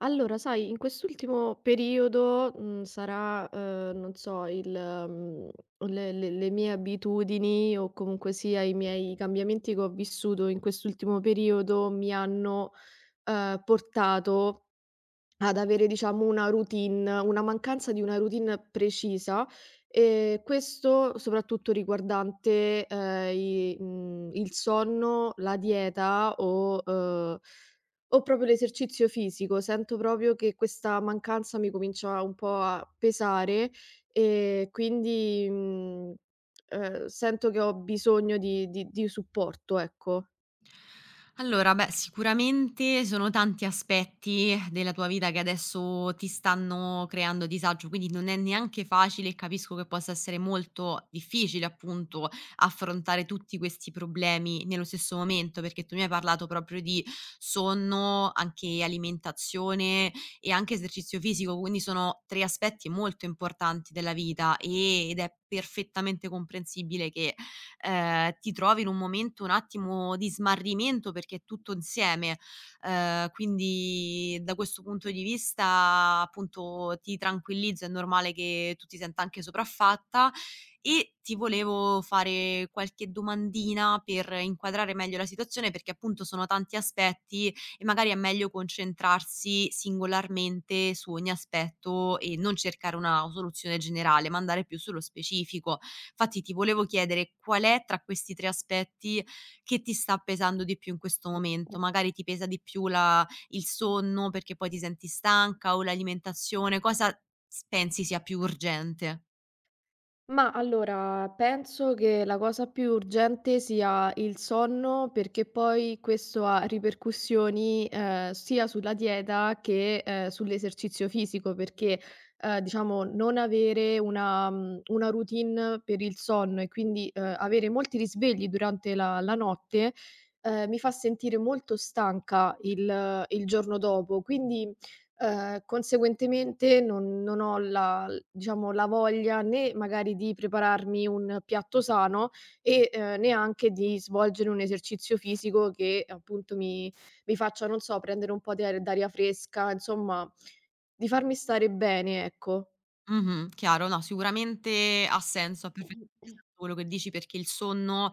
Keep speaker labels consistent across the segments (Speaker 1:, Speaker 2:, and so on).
Speaker 1: Allora, sai, in quest'ultimo periodo, sarà, non so, le mie abitudini o comunque sia i miei cambiamenti che ho vissuto in quest'ultimo periodo mi hanno, portato ad avere diciamo una routine, una mancanza di una routine precisa, questo soprattutto riguardante, il sonno, la dieta o proprio l'esercizio fisico. Sento proprio che questa mancanza mi comincia un po' a pesare e quindi, sento che ho bisogno di supporto, ecco.
Speaker 2: Allora, beh, sicuramente sono tanti aspetti della tua vita che adesso ti stanno creando disagio, quindi non è neanche facile e capisco che possa essere molto difficile, appunto, affrontare tutti questi problemi nello stesso momento, perché tu mi hai parlato proprio di sonno, anche alimentazione e anche esercizio fisico, quindi sono tre aspetti molto importanti della vita ed è perfettamente comprensibile che ti trovi in un momento un attimo di smarrimento perché è tutto insieme. Quindi da questo punto di vista, appunto, ti tranquillizzo, è normale che tu ti senta anche sopraffatta. E ti volevo fare qualche domandina per inquadrare meglio la situazione, perché appunto sono tanti aspetti e magari è meglio concentrarsi singolarmente su ogni aspetto e non cercare una soluzione generale, ma andare più sullo specifico. Infatti ti volevo chiedere qual è tra questi 3 aspetti che ti sta pesando di più in questo momento? Magari ti pesa di più la il sonno perché poi ti senti stanca o l'alimentazione, cosa s pensi sia più urgente?
Speaker 1: Ma allora, penso che la cosa più urgente sia il sonno, perché poi questo ha ripercussioni, sia sulla dieta che, sull'esercizio fisico, perché, diciamo non avere una routine per il sonno e quindi, avere molti risvegli durante la notte, mi fa sentire molto stanca il giorno dopo. Quindi, conseguentemente non ho la l diciamo la voglia né magari di prepararmi un piatto sano e, neanche di svolgere un esercizio fisico che appunto mi faccia, non so, prendere un po' di aer d'aria fresca, insomma di farmi stare bene, ecco.
Speaker 2: Mh-mh, chiaro. No, sicuramente ha senso, ha perfettamente senso quello che dici, perché il sonno,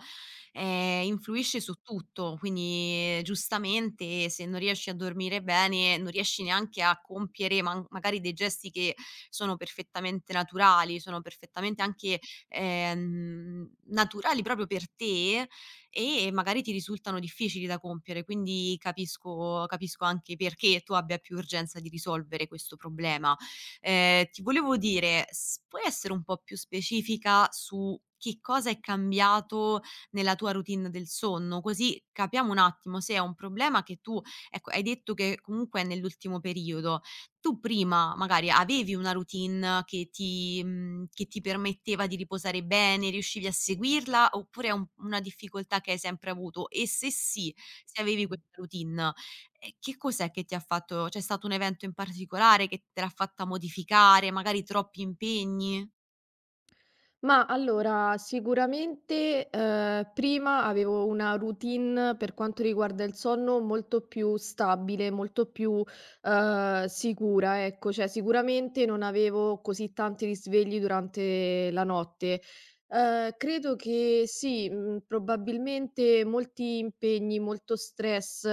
Speaker 2: influisce su tutto, quindi giustamente se non riesci a dormire bene, non riesci neanche a compiere man magari dei gesti che sono perfettamente naturali, sono perfettamente anche, naturali proprio per te e magari ti risultano difficili da compiere, quindi capisco anche perché tu abbia più urgenza di risolvere questo problema. Ti volevo dire, s puoi essere un po' più specifica su che cosa è cambiato nella tua routine del sonno? Così capiamo un attimo se è un problema che tu ecco, hai detto che comunque è nell'ultimo periodo. Tu prima magari avevi una routine che ti permetteva di riposare bene, riuscivi a seguirla, oppure è un una difficoltà che hai sempre avuto? E se sì, se avevi questa routine e che cos'è che ti ha fatto c'è stato un evento in particolare che te l'ha fatta modificare, magari troppi impegni?
Speaker 1: Ma allora, sicuramente, prima avevo una routine per quanto riguarda il sonno molto più stabile, molto più, sicura, ecco. Cioè, sicuramente non avevo così tanti risvegli durante la notte. Credo che sì, probabilmente molti impegni, molto stress,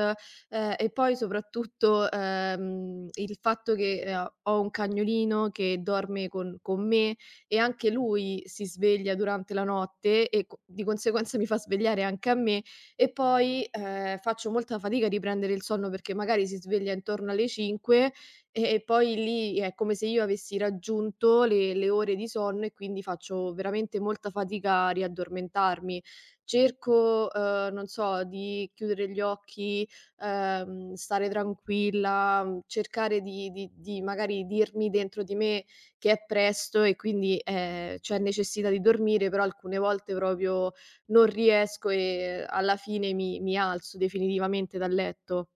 Speaker 1: e poi soprattutto, il fatto che, ho un cagnolino che dorme con me, e anche lui si sveglia durante la notte e co di conseguenza mi fa svegliare anche a me e poi, faccio molta fatica a riprendere il sonno perché magari si sveglia intorno alle 5 e poi lì è come se io avessi raggiunto le ore di sonno e quindi faccio veramente molta fatica a riaddormentarmi. Cerco, non so, di chiudere gli occhi, stare tranquilla, cercare di magari dirmi dentro di me che è presto e quindi, c'è necessità di dormire, però alcune volte proprio non riesco e alla fine mi alzo definitivamente dal letto.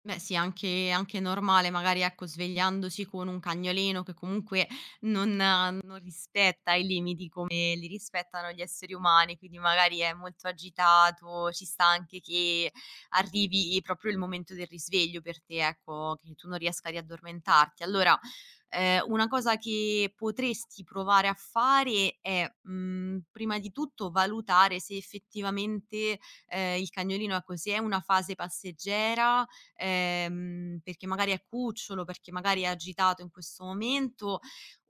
Speaker 2: Beh sì, anche normale, magari ecco, svegliandosi con un cagnolino che comunque non rispetta i limiti come li rispettano gli esseri umani, quindi magari è molto agitato, ci sta anche che arrivi proprio il momento del risveglio per te, ecco, che tu non riesca a riaddormentarti. Allora, una cosa che potresti provare a fare è, mhmm, prima di tutto valutare se effettivamente, il cagnolino, ecco, se è una fase passeggera, perché magari è cucciolo, perché magari è agitato in questo momento,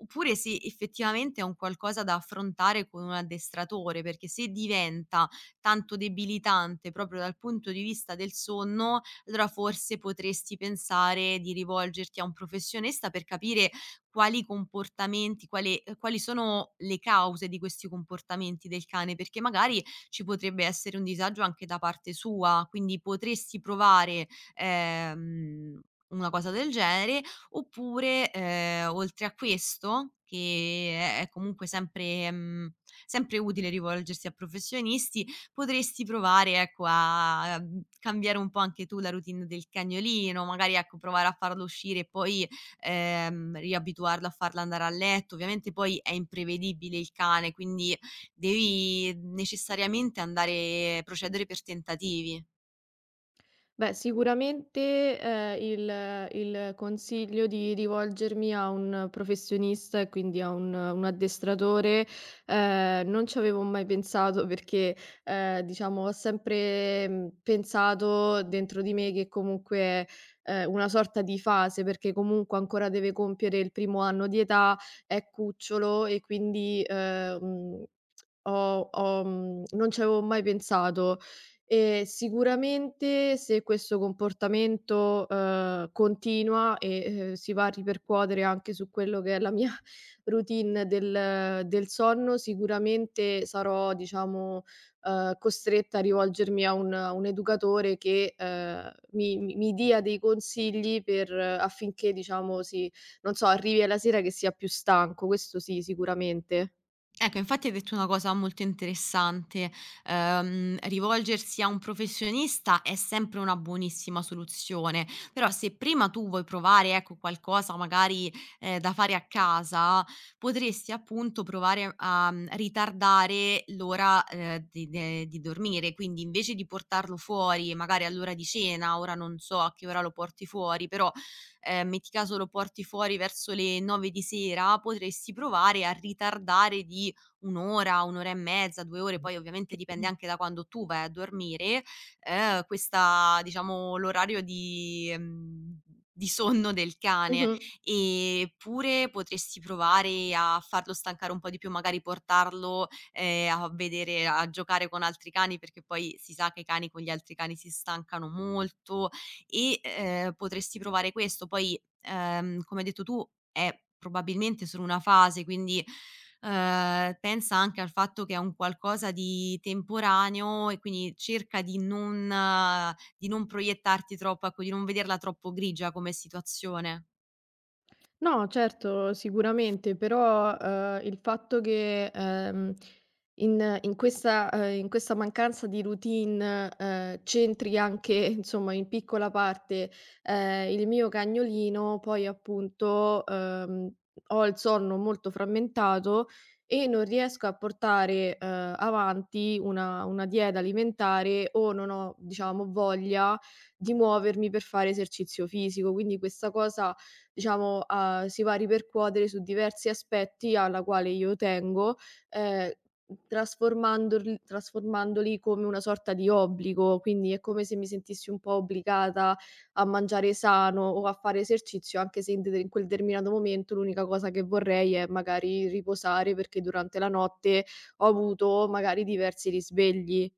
Speaker 2: oppure se effettivamente è un qualcosa da affrontare con un addestratore, perché se diventa tanto debilitante proprio dal punto di vista del sonno, allora forse potresti pensare di rivolgerti a un professionista per capire quali comportamenti, quali, quali sono le cause di questi comportamenti del cane, perché magari ci potrebbe essere un disagio anche da parte sua, quindi potresti provare ehm, una cosa del genere, oppure, oltre a questo, che è comunque sempre mhmm, sempre utile rivolgersi a professionisti, potresti provare, ecco, a mhmm, cambiare un po' anche tu la routine del cagnolino, magari, ecco, provare a farlo uscire e poi, riabituarlo a farla andare a letto. Ovviamente poi è imprevedibile il cane, quindi devi necessariamente andare procedere per tentativi.
Speaker 1: Beh, sicuramente, il consiglio di rivolgermi a un professionista e quindi a un addestratore, non ci avevo mai pensato perché, diciamo ho sempre, pensato dentro di me che comunque, una sorta di fase, perché comunque ancora deve compiere il primo anno di età, è cucciolo e quindi, non ci avevo mai pensato. Sicuramente se questo comportamento, continua e, si va a ripercuotere anche su quello che è la mia routine del sonno, sicuramente sarò diciamo, costretta a rivolgermi a un educatore che, mi dia dei consigli per, affinché diciamo si, non so, arrivi alla sera che sia più stanco, questo sì, sicuramente.
Speaker 2: Ecco, infatti hai detto una cosa molto interessante, rivolgersi a un professionista è sempre una buonissima soluzione, però se prima tu vuoi provare, ecco, qualcosa magari, da fare a casa, potresti appunto provare a, mhmm, ritardare l'ora, di de di dormire, quindi invece di portarlo fuori magari all'ora di cena, ora non so a che ora lo porti fuori, però, metti caso lo porti fuori verso le 9 di sera, potresti provare a ritardare di 1 ora, 1 ora e mezza, 2 ore, poi ovviamente dipende anche da quando tu vai a dormire, questa diciamo l'orario di mhmm, di sonno del cane.
Speaker 1: Mh-mh.
Speaker 2: Eppure potresti provare a farlo stancare un po' di più, magari portarlo, a vedere a giocare con altri cani, perché poi si sa che i cani con gli altri cani si stancano molto e, potresti provare questo. Poi, come hai detto tu è probabilmente solo una fase, quindi, pensa anche al fatto che è un qualcosa di temporaneo e quindi cerca di non proiettarti troppo, ecco, di non vederla troppo grigia come situazione.
Speaker 1: No, certo, sicuramente, però, il fatto che, in questa mancanza di routine, c'entri anche, insomma, in piccola parte, il mio cagnolino, poi appunto, ho il sonno molto frammentato e non riesco a portare, avanti una dieta alimentare o non ho, diciamo, voglia di muovermi per fare esercizio fisico. Quindi questa cosa diciamo, si va a ripercuotere su diversi aspetti alla quale io tengo, ehm, trasformandorl trasformandoli come una sorta di obbligo, quindi è come se mi sentissi un po' obbligata a mangiare sano o a fare esercizio, anche se in quel determinato momento l'unica cosa che vorrei è magari riposare perché durante la notte ho avuto magari diversi risvegli.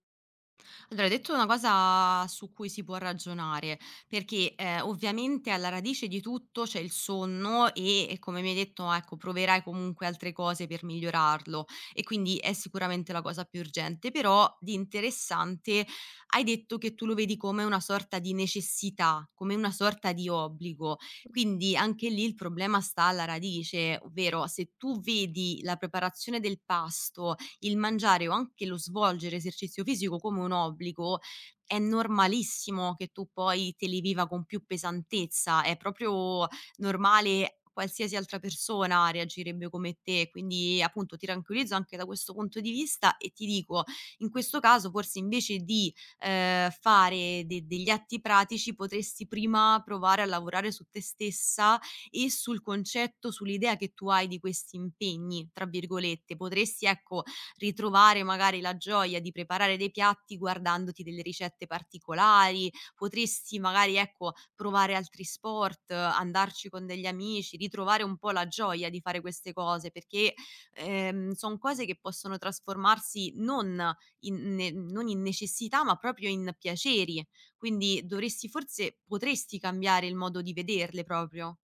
Speaker 2: Allora, hai detto una cosa su cui si può ragionare, perché, ovviamente alla radice di tutto c'è il sonno e come mi hai detto, ecco, proverai comunque altre cose per migliorarlo e quindi è sicuramente la cosa più urgente. Però di interessante hai detto che tu lo vedi come una sorta di necessità, come una sorta di obbligo. Quindi anche lì il problema sta alla radice, ovvero se tu vedi la preparazione del pasto il mangiare o anche lo svolgere esercizio fisico come un obbligo, è normalissimo che tu poi te li viva con più pesantezza, è proprio normale, qualsiasi altra persona reagirebbe come te, quindi appunto ti tranquillizzo anche da questo punto di vista e ti dico, in questo caso forse invece di, fare de degli atti pratici potresti prima provare a lavorare su te stessa e sul concetto, sull'idea che tu hai di questi "impegni", tra virgolette. Potresti ecco, ritrovare magari la gioia di preparare dei piatti guardandoti delle ricette particolari, potresti magari, ecco, provare altri sport, andarci con degli amici, ritrovare un po' la gioia di fare queste cose, perché, son cose che possono trasformarsi non in ne non in necessità, ma proprio in piaceri. Quindi dovresti forse potresti cambiare il modo di vederle proprio.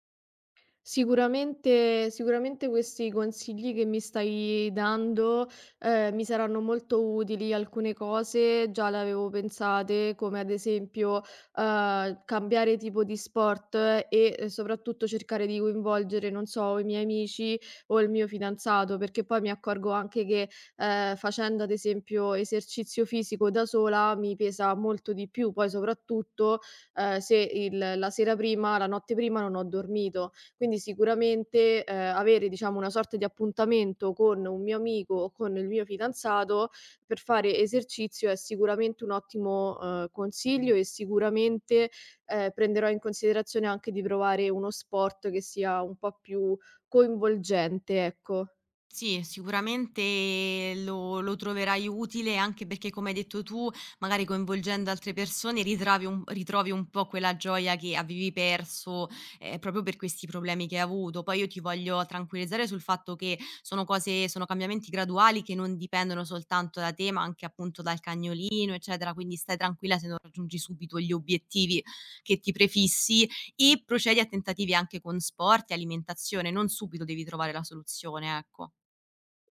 Speaker 1: Sicuramente, sicuramente questi consigli che mi stai dando, mi saranno molto utili. Alcune cose già le avevo pensate, come ad esempio, cambiare tipo di sport, e, soprattutto cercare di coinvolgere, non so, i miei amici o il mio fidanzato, perché poi mi accorgo anche che, facendo ad esempio esercizio fisico da sola mi pesa molto di più, poi soprattutto, se il la sera prima, la notte prima non ho dormito. Quindi sicuramente, avere diciamo una sorta di appuntamento con un mio amico o con il mio fidanzato per fare esercizio è sicuramente un ottimo, consiglio e sicuramente, prenderò in considerazione anche di provare uno sport che sia un po' più coinvolgente, ecco.
Speaker 2: Sì, sicuramente lo troverai utile, anche perché come hai detto tu, magari coinvolgendo altre persone ritravi un ritrovi un po' quella gioia che avevi perso, proprio per questi problemi che hai avuto. Poi io ti voglio tranquillizzare sul fatto che sono cambiamenti graduali che non dipendono soltanto da te, ma anche appunto dal cagnolino, eccetera, quindi stai tranquilla se non raggiungi subito gli obiettivi che ti prefissi e procedi a tentativi anche con sport e alimentazione, non subito devi trovare la soluzione, ecco.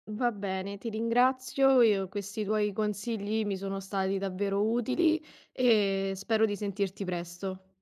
Speaker 1: Va bene, ti ringrazio, io questi tuoi consigli mi sono stati davvero utili e spero di sentirti presto.